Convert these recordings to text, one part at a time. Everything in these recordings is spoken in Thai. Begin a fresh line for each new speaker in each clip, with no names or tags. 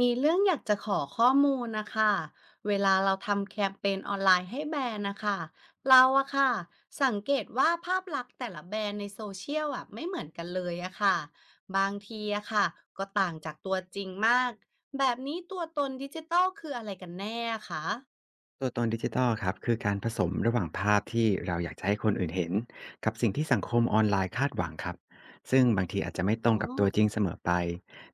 มีเรื่องอยากจะขอข้อมูลนะคะเวลาเราทำแคมเปญออนไลน์ให้แบรนด์นะคะเราอะค่ะสังเกตว่าภาพลักษณ์แต่ละแบรนด์ในโซเชียลอะไม่เหมือนกันเลยอะค่ะบางทีอะค่ะก็ต่างจากตัวจริงมากแบบนี้ตัวตนดิจิทัลคืออะไรกันแน่คะ
ตัวตนดิจิทัลครับคือการผสมระหว่างภาพที่เราอยากจะให้คนอื่นเห็นกับสิ่งที่สังคมออนไลน์คาดหวังครับซึ่งบางทีอาจจะไม่ตร
อ๋
ง
อ
กับตัวจริงเสมอไป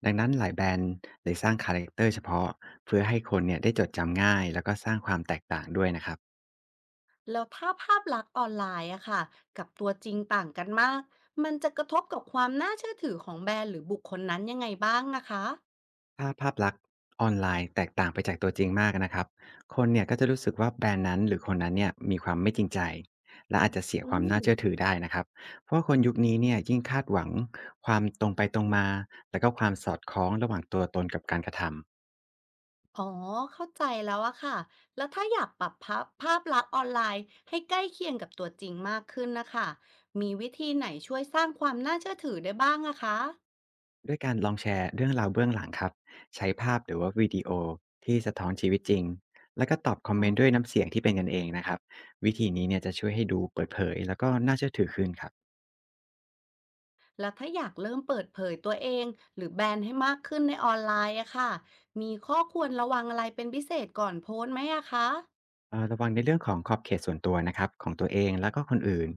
ดังนั้นหลายแบรนด์เลยสร้างคาแรคเตอร์เฉพาะเพื่อให้คนเนี่ยได้จดจำง่ายแล้วก็สร้างความแตกต่างด้วยนะครับ
แล้วถ้าภาพลักษณ์ออนไลน์อะค่ะกับตัวจริงต่างกันมากมันจะกระทบกับความน่าเชื่อถือของแบรนด์หรือบุคคลนั้นยังไงบ้างนะคะ
ถ้าภาพลักษณ์ออนไลน์แตกต่างไปจากตัวจริงมากนะครับคนเนี่ยก็จะรู้สึกว่าแบรนด์นั้นหรือคนนั้นเนี่ยมีความไม่จริงใจและอาจจะเสีย
อื
ความ
ม
น่าเชื่อถือได้นะครับเพราะว่าคนยุคนี้เนี่ยยิ่งคาดหวังความตรงไปตรงมาแล้วก็ความสอดคล้องระหว่างตัวตนกับการกระทำ
อ๋อ เข้าใจแล้วอะค่ะแล้วถ้าอยากปรับภาพภาพลักษณ์ออนไลน์ให้ใกล้เคียงกับตัวจริงมากขึ้นนะคะมีวิธีไหนช่วยสร้างความน่าเชื่อถือได้บ้างอะคะ
ด้วยการลองแชร์เรื่องราวเบื้องหลังครับใช้ภาพหรือว่าวิดีโอที่สะท้อนชีวิตจริงแล้วก็ตอบคอม
อ๋อ
เมนต์ด้วยน้ำเสียงที่เป็นกันเองนะครับวิธีนี้เนี่ยจะช่วยให้ดูเปิดเผยแล้วก็น่าเชื่อถือขึ้นครับ
แล้วถ้าอยากเริ่มเปิดเผยตัวเองหรือแบรนด์ให้มากขึ้นในออนไลน์อะค่ะมีข้อควรระวังอะไรเป็นพิเศษก่อนโพสต์ไหมอะคะ
ระวังในเรื่องของขอบเขตส่วนตัวนะครับของตัวเองแล้วก็คนอื่น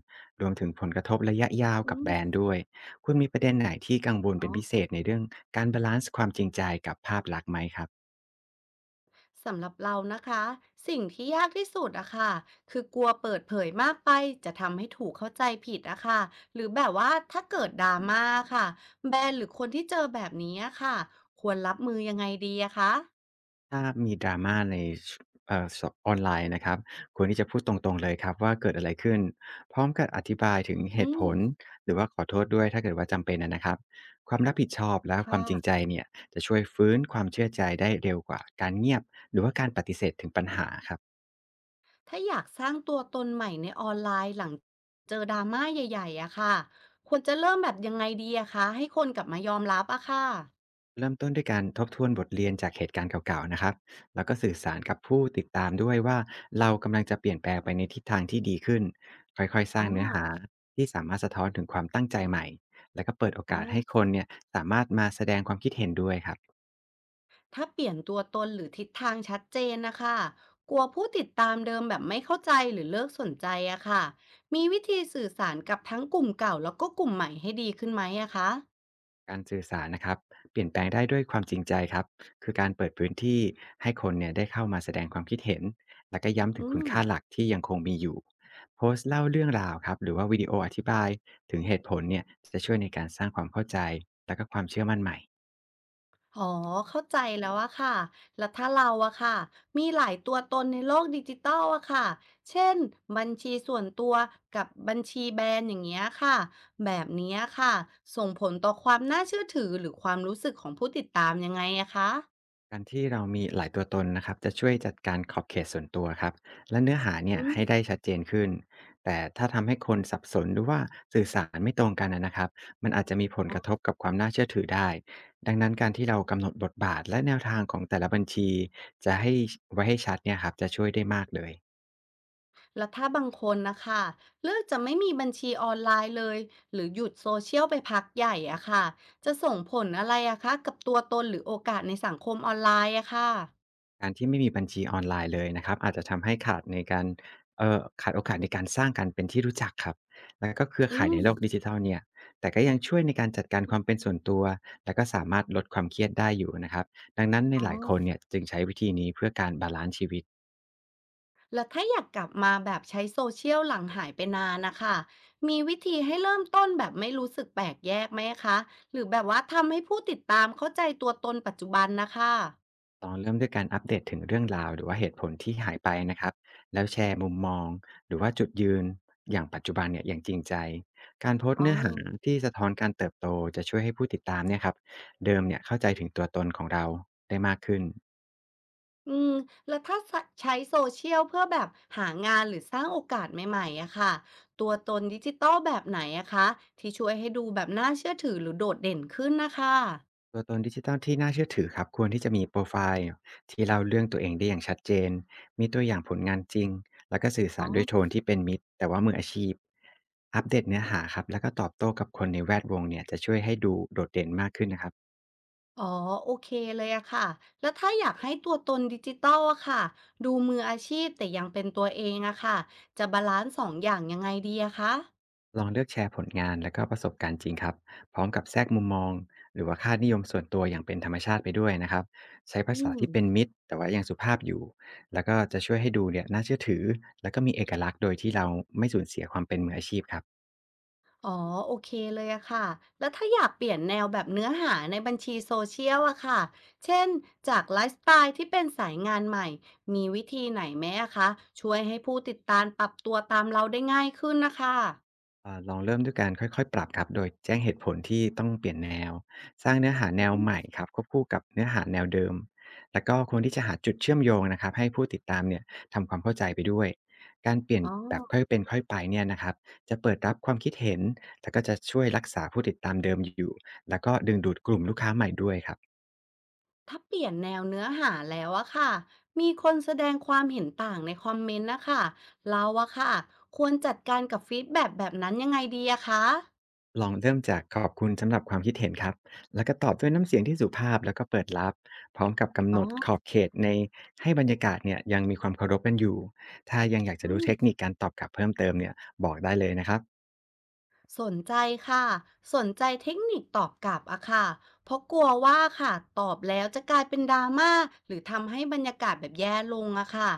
รวมถึงผลกระทบระยะยาว
อื
กับ
ม
แบรนด์ด้วยคุณมีประเด็นไหนที่กังวล
อ๋อ
เป็นพิเศษในเรื่องการบาลันซ์ความจริงใจกับภาพลักษณ์ไหมครับ
สำหรับเรานะคะสิ่งที่ยากที่สุดอะค่ะคือกลัวเปิดเผยมากไปจะทำให้ถูกเข้าใจผิดอะค่ะหรือแบบว่าถ้าเกิดดราม่าค่ะแบรนด์หรือคนที่เจอแบบนี้อะค่ะควรรับมือยังไงดีอะคะ
ถ้ามีดราม่าในเอ่อสออนไลน์นะครับควรที่จะพูดตรงๆเลยครับว่าเกิดอะไรขึ้นพร้อมกับอธิบายถึงเห
อื
ตุ
ม
ผลหรือว่าขอโทษด้วยถ้าเกิดว่าจำเป็นนะครับความรับผิดชอบและค
ค่ะ
วามจริงใจเนี่ยจะช่วยฟื้นความเชื่อใจได้เร็วกว่าการเงียบหรือว่าการปฏิเสธถึงปัญหาครับ
ถ้าอยากสร้างตัวตนใหม่ในออนไลน์หลังเจอดราม่าใหญ่ๆอะค่ะควรจะเริ่มแบบยังไงดีอะคะให้คนกลับมายอมรับอะค่ะ
เริ่มต้นด้วยการทบทวนบทเรียนจากเหตุการณ์เก่าๆ นะครับ แล้วก็สื่อสารกับผู้ติดตามด้วยว่าเรากำลังจะเปลี่ยนแปลงไปในทิศทางที่ดีขึ้นค่อยๆ ส
อ๋
ร้า
อ
งเนื้อหาที่สามารถสะท้อนถึงความตั้งใจใหม่ แล้วก็เปิดโอกาสให้
อ่า
คนเนี่ยสามารถมาแสดงความคิดเห็นด้วยครับ
ถ้าเปลี่ยนตัวตนหรือทิศทางชัดเจนนะคะกลัวผู้ติดตามเดิมแบบไม่เข้าใจหรือเลิกสนใจอะค่ะมีวิธีสื่อสารกับทั้งกลุ่มเก่าแล้วก็กลุ่มใหม่ให้ดีขึ้นไหมอะคะ
การสื่อสารนะครับเปลี่ยนแปลงได้ด้วยความจริงใจครับคือการเปิดพื้นที่ให้คนเนี่ยได้เข้ามาแสดงความคิดเห็นแล้วก็ย้ำ
อื
ถึงคุ
ม
ณค่าหลักที่ยังคงมีอยู่โพสต์เล่าเรื่องราวครับหรือว่าวิดีโออธิบายถึงเหตุผลเนี่ยจะช่วยในการสร้างความเข้าใจและก็ความเชื่อมั่นใหม่
อ๋อเข้าใจแล้วอะค่ะแล้วถ้าเราอะค่ะมีหลายตัวตนในโลกดิจิตอลอะค่ะเช่นบัญชีส่วนตัวกับบัญชีแบรนด์อย่างเงี้ยค่ะแบบเนี้ยค่ะส่งผลต่อความน่าเชื่อถือหรือความรู้สึกของผู้ติดตามยังไงอะคะ
การที่เรามีหลายตัวตนนะครับจะช่วยจัดการขอบเขตส่วนตัวครับและเนื้อหาเนี่
อื
ยให้
ม
ได้ชัดเจนขึ้นแต่ถ้าทำให้คนสับสนหรือว่าสื่อสารไม่ตรงกันนะครับมันอาจจะมีผลกระทบกับความน่าเชื่อถือได้ดังนั้นการที่เรากำหนดบทบาทและแนวทางของแต่ละบัญชีจะให้ไว้ให้ชัดเนี่ยครับจะช่วยได้มากเลย
แล้วถ้าบางคนนะคะเลือกจะไม่มีบัญชีออนไลน์เลยหรือหยุดโซเชียลไปพักใหญ่อะค่ะจะส่งผลอะไรอะคะกับตัวตนหรือโอกาสในสังคมออนไลน์อะค่ะ
การที่ไม่มีบัญชีออนไลน์เลยนะครับอาจจะทำให้ขาดในการขาดโอกาสในการสร้างการเป็นที่รู้จักครับแล้วก็เครือ
อื
ข่ายใน
ม
โลกดิจิทัลเนี่ยแต่ก็ยังช่วยในการจัดการความเป็นส่วนตัวและก็สามารถลดความเครียดได้อยู่นะครับดังนั้นใน
อ๋อ
หลายคนเนี่ยจึงใช้วิธีนี้เพื่อการบาลันซ์ชีวิต
แล้วถ้าอยากกลับมาแบบใช้โซเชียลหลังหายไปนานนะคะมีวิธีให้เริ่มต้นแบบไม่รู้สึกแปลกแยกไหมคะหรือแบบว่าทำให้ผู้ติดตามเข้าใจตัวตนปัจจุบันนะคะ
ลองเริ่มด้วยการอัปเดตถึงเรื่องราวหรือว่าเหตุผลที่หายไปนะครับแล้วแชร์มุมมองหรือว่าจุดยืนอย่างปัจจุบันเนี่ยอย่างจริงใจการโพส
อ๋
ต์
อ
เนื้อหาที่สะท้อนการเติบโตจะช่วยให้ผู้ติดตามเนี่ยครับเดิมเนี่ยเข้าใจถึงตัวตนของเราได้มากขึ้น
อืมแล้วถ้าสะใช้โซเชียลเพื่อแบบหางานหรือสร้างโอกาสใหม่ๆอะค่ะตัวตนดิจิตัลแบบไหนอะคะที่ช่วยให้ดูแบบน่าเชื่อถือหรือโดดเด่นขึ้นนะคะ
ตัวตนดิจิทัลที่น่าเชื่อถือครับควรที่จะมีโปรไฟล์ที่เล่าเรื่องตัวเองได้อย่างชัดเจนมีตัวอย่างผลงานจริงแล้วก็สื่อ
อ๋
สาร
อ
ด้วยโทนที่เป็นมิตรแต่ว่ามืออาชีพอัปเดตเนื้อหาครับแล้วก็ตอบโต้กับคนในแวดวงเนี่ยจะช่วยให้ดูโดดเด่นมากขึ้นนะครับ
อ๋อโอเคเลยอะค่ะแล้วถ้าอยากให้ตัวตนดิจิตัลอะค่ะดูมืออาชีพแต่ยังเป็นตัวเองอะค่ะจะบาลานซ์สองอย่างยังไงดีอะคะ
ลองเลือกแชร์ผลงานและก็ประสบการณ์จริงครับพร้อมกับแทรกมุมมองหรือว่าค่านิยมส่วนตัวอย่างเป็นธรรมชาติไปด้วยนะครับใช้
อื
ภาษา
ม
ที่เป็นมิตรแต่ว่ายังสุภาพอยู่แล้วก็จะช่วยให้ดูเนี่ยน่าเชื่อถือแล้วก็มีเอกลักษณ์โดยที่เราไม่สูญเสียความเป็นมืออาชีพครับ
อ๋อโอเคเลยอะค่ะแล้วถ้าอยากเปลี่ยนแนวแบบเนื้อหาในบัญชีโซเชียลอะค่ะเช่นจากไลฟ์สไตล์ที่เป็นสายงานใหม่มีวิธีไหนไหมอะคะช่วยให้ผู้ติดตามปรับตัวตามเราได้ง่ายขึ้นนะคะ
ลองเริ่มด้วยการค่อยๆปรับครับโดยแจ้งเหตุผลที่ต้องเปลี่ยนแนวสร้างเนื้อหา
อื
แนว
ม
ใหม่ครับควบคู่กับเนื้อหาแนวเดิมแล้วก็ควรที่จะหาจุดเชื่อมโยงนะครับให้ผู้ติดตามเนี่ยทำความเข้าใจไปด้วยการเปลี่ยน
อ๋อ
แบบค่อยเป็นค่อยไปเนี่ยนะครับจะเปิดรับความคิดเห็นแล้วก็จะช่วยรักษาผู้ติดตามเดิมอยู่แล้วก็ดึงดูดกลุ่มลูกค้าใหม่ด้วยครับ
ถ้าเปลี่ยนแนวเนื้อหาแล้วอะค่ะมีคนแสดงความเห็นต่างในคอมเมนต์นะคะเราอะค่ะควรจัดการกับฟีดแบ็กแบบนั้นยังไงดีอะคะ
ลองเริ่มจากขอบคุณสำหรับความคิดเห็นครับแล้วก็ตอบด้วยน้ำเสียงที่สุภาพแล้วก็เปิดรับพร้อมกับกำ
อ๋
หน
อ
ดขอบเขตในให้บรรยากาศเนี่ยยังมีความเคารพกันอยู่ ถ้ายังอยากจะรู้เทคนิคการตอบกลับเพิ่มเติมเนี่ยบอกได้เลยนะครับ
สนใจค่ะสนใจเทคนิคตอบกลับอะค่ะเพราะกลัวว่าค่ะตอบแล้วจะกลายเป็นดราม่าหรือทำให้บรรยากาศแบบแย่ลงอะค่ะ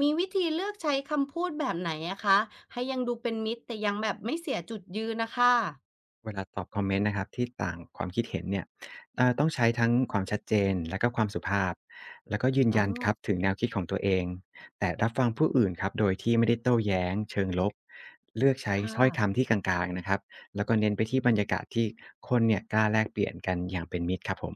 มีวิธีเลือกใช้คำพูดแบบไหนอะคะให้ยังดูเป็นมิตรแต่ยังแบบไม่เสียจุดยืนนะคะ
เวลาตอบคอมเมนต์นะครับที่ต่างความคิดเห็นเนี่ยต้องใช้ทั้งความชัดเจนและก็ความสุภาพแล้วก็ยืน
อ๋อ
ยันครับถึงแนวคิดของตัวเองแต่รับฟังผู้อื่นครับโดยที่ไม่ได้โต้แย้งเชิงลบเลือกใช้
ค่ะ
ถ้อยคำที่กลางๆนะครับแล้วก็เน้นไปที่บรรยากาศที่คนเนี่ยกล้าแลกเปลี่ยนกันอย่างเป็นมิตรครับผม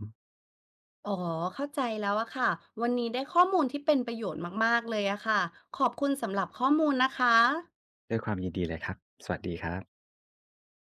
อ๋อเข้าใจแล้วอะค่ะวันนี้ได้ข้อมูลที่เป็นประโยชน์มากๆเลยอะค่ะขอบคุณสำหรับข้อมูลนะคะ
ด้วยความยินดีเลยครับสวัสดีครับ